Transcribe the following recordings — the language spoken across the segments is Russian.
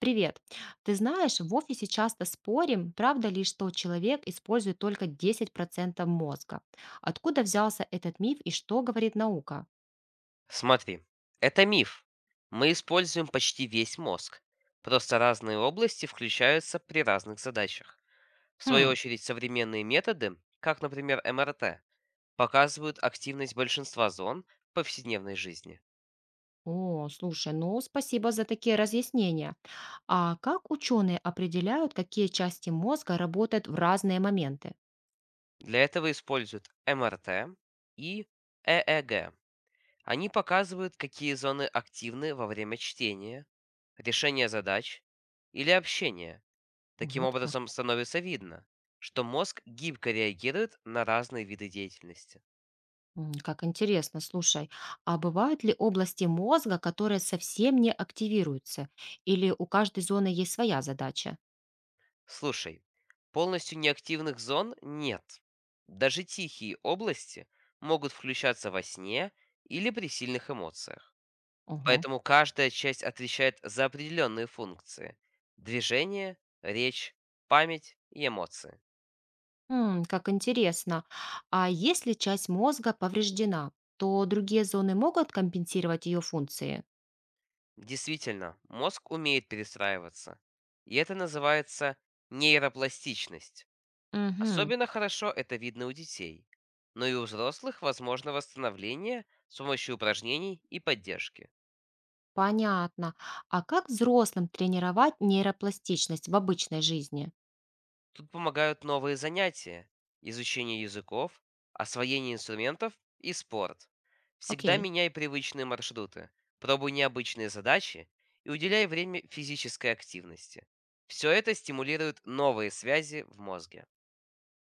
Привет. Ты знаешь, в офисе часто спорим, правда ли, что человек использует только 10% мозга. Откуда взялся этот миф и что говорит наука? Смотри, это миф. Мы используем почти весь мозг. Просто разные области включаются при разных задачах. В свою Хм. очередь, современные методы, как, например, МРТ, показывают активность большинства зон в повседневной жизни. О, слушай, ну спасибо за такие разъяснения. А как ученые определяют, какие части мозга работают в разные моменты? Для этого используют МРТ и ЭЭГ. Они показывают, какие зоны активны во время чтения, решения задач или общения. Таким Вот как. образом, становится видно, что мозг гибко реагирует на разные виды деятельности. М, как интересно, слушай. А бывают ли области мозга, которые совсем не активируются? Или у каждой зоны есть своя задача? Слушай, полностью неактивных зон нет. Даже тихие области могут включаться во сне или при сильных эмоциях. Ого. Поэтому каждая часть отвечает за определенные функции: движение, речь, память и эмоции. М, как интересно. А если часть мозга повреждена, то другие зоны могут компенсировать ее функции? Действительно, мозг умеет перестраиваться. И это называется нейропластичность. Мгм, Особенно хорошо это видно у детей, но и у взрослых возможно восстановление с помощью упражнений и поддержки. понятно. А как взрослым тренировать нейропластичность в обычной жизни? Тут помогают новые занятия, изучение языков, освоение инструментов и спорт. Всегда Окей. меняй привычные маршруты, пробуй необычные задачи и уделяй время физической активности. Все это стимулирует новые связи в мозге.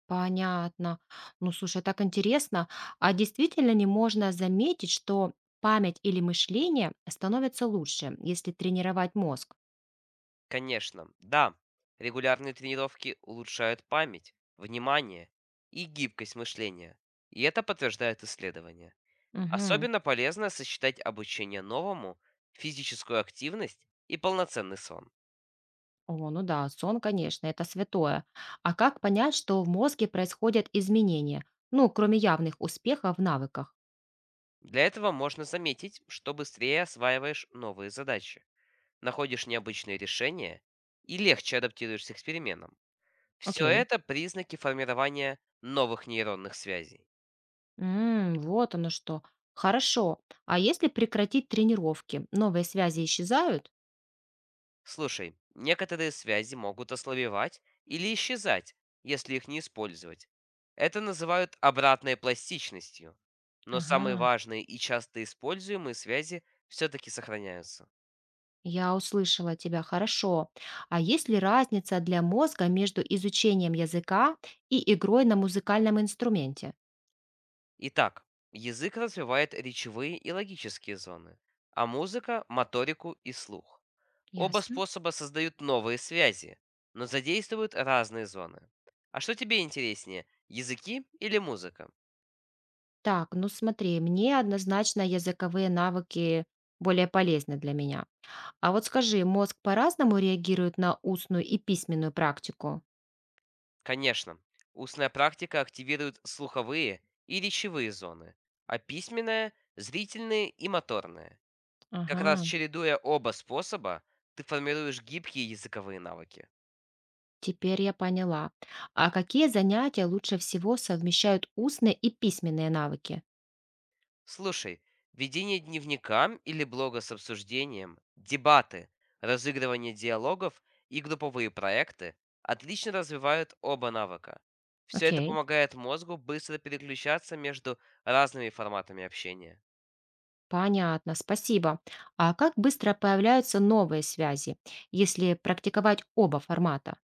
Понятно. Ну, слушай, так интересно. А действительно ли можно заметить, что память или мышление становятся лучше, если тренировать мозг? Конечно, да. Регулярные тренировки улучшают память, внимание и гибкость мышления. И это подтверждают исследования. Мгм. Особенно полезно сочетать обучение новому, физическую активность и полноценный сон. О, ну да, сон, конечно, это святое. А как понять, что в мозге происходят изменения? Ну, кроме явных успехов в навыках. Для этого можно заметить, что быстрее осваиваешь новые задачи, находишь необычные решения и легче адаптируешься к переменам. Все Окей. это признаки формирования новых нейронных связей. М, вот оно что. Хорошо. А если прекратить тренировки, новые связи исчезают? Слушай, некоторые связи могут ослабевать или исчезать, если их не использовать. Это называют обратной пластичностью. Но самые Ага. важные и часто используемые связи все-таки сохраняются. Я услышала тебя хорошо. А есть ли разница для мозга между изучением языка и игрой на музыкальном инструменте? Итак, язык развивает речевые и логические зоны, а музыка – моторику и слух. Оба Ясно. способа создают новые связи, но задействуют разные зоны. А что тебе интереснее, языки или музыка? Так, ну смотри, мне однозначно языковые навыки более полезны для меня. А вот скажи, мозг по-разному реагирует на устную и письменную практику? Конечно, устная практика активирует слуховые и речевые зоны, а письменная – зрительные и моторные. Как раз Ага, чередуя оба способа, ты формируешь гибкие языковые навыки. теперь я поняла. А какие занятия лучше всего совмещают устные и письменные навыки? Слушай, ведение дневника или блога с обсуждением, дебаты, разыгрывание диалогов и групповые проекты отлично развивают оба навыка. Все это Окей, помогает мозгу быстро переключаться между разными форматами общения. понятно, спасибо. А как быстро появляются новые связи, если практиковать оба формата?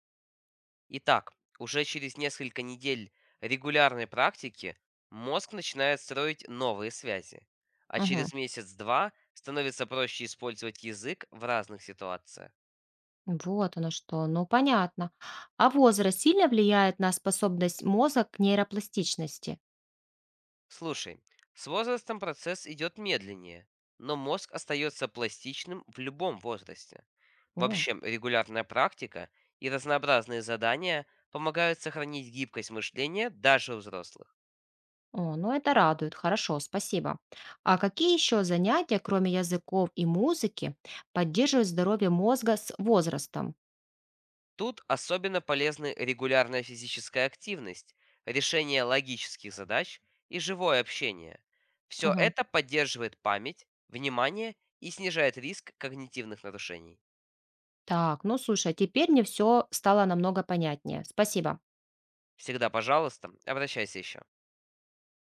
Итак, уже через несколько недель регулярной практики мозг начинает строить новые связи, а Мгм. через месяц-два становится проще использовать язык в разных ситуациях. Вот оно что, ну понятно. А возраст сильно влияет на способность мозга к нейропластичности? Слушай, с возрастом процесс идет медленнее, но мозг остается пластичным в любом возрасте. О. Вообще, регулярная практика и разнообразные задания помогают сохранить гибкость мышления даже у взрослых. О, ну это радует, хорошо, спасибо. А какие еще занятия, кроме языков и музыки, поддерживают здоровье мозга с возрастом? Тут особенно полезны регулярная физическая активность, решение логических задач и живое общение. Все Мгм. это поддерживает память, внимание и снижает риск когнитивных нарушений. Так, ну слушай, а теперь мне все стало намного понятнее. Спасибо. Всегда, пожалуйста, обращайся еще.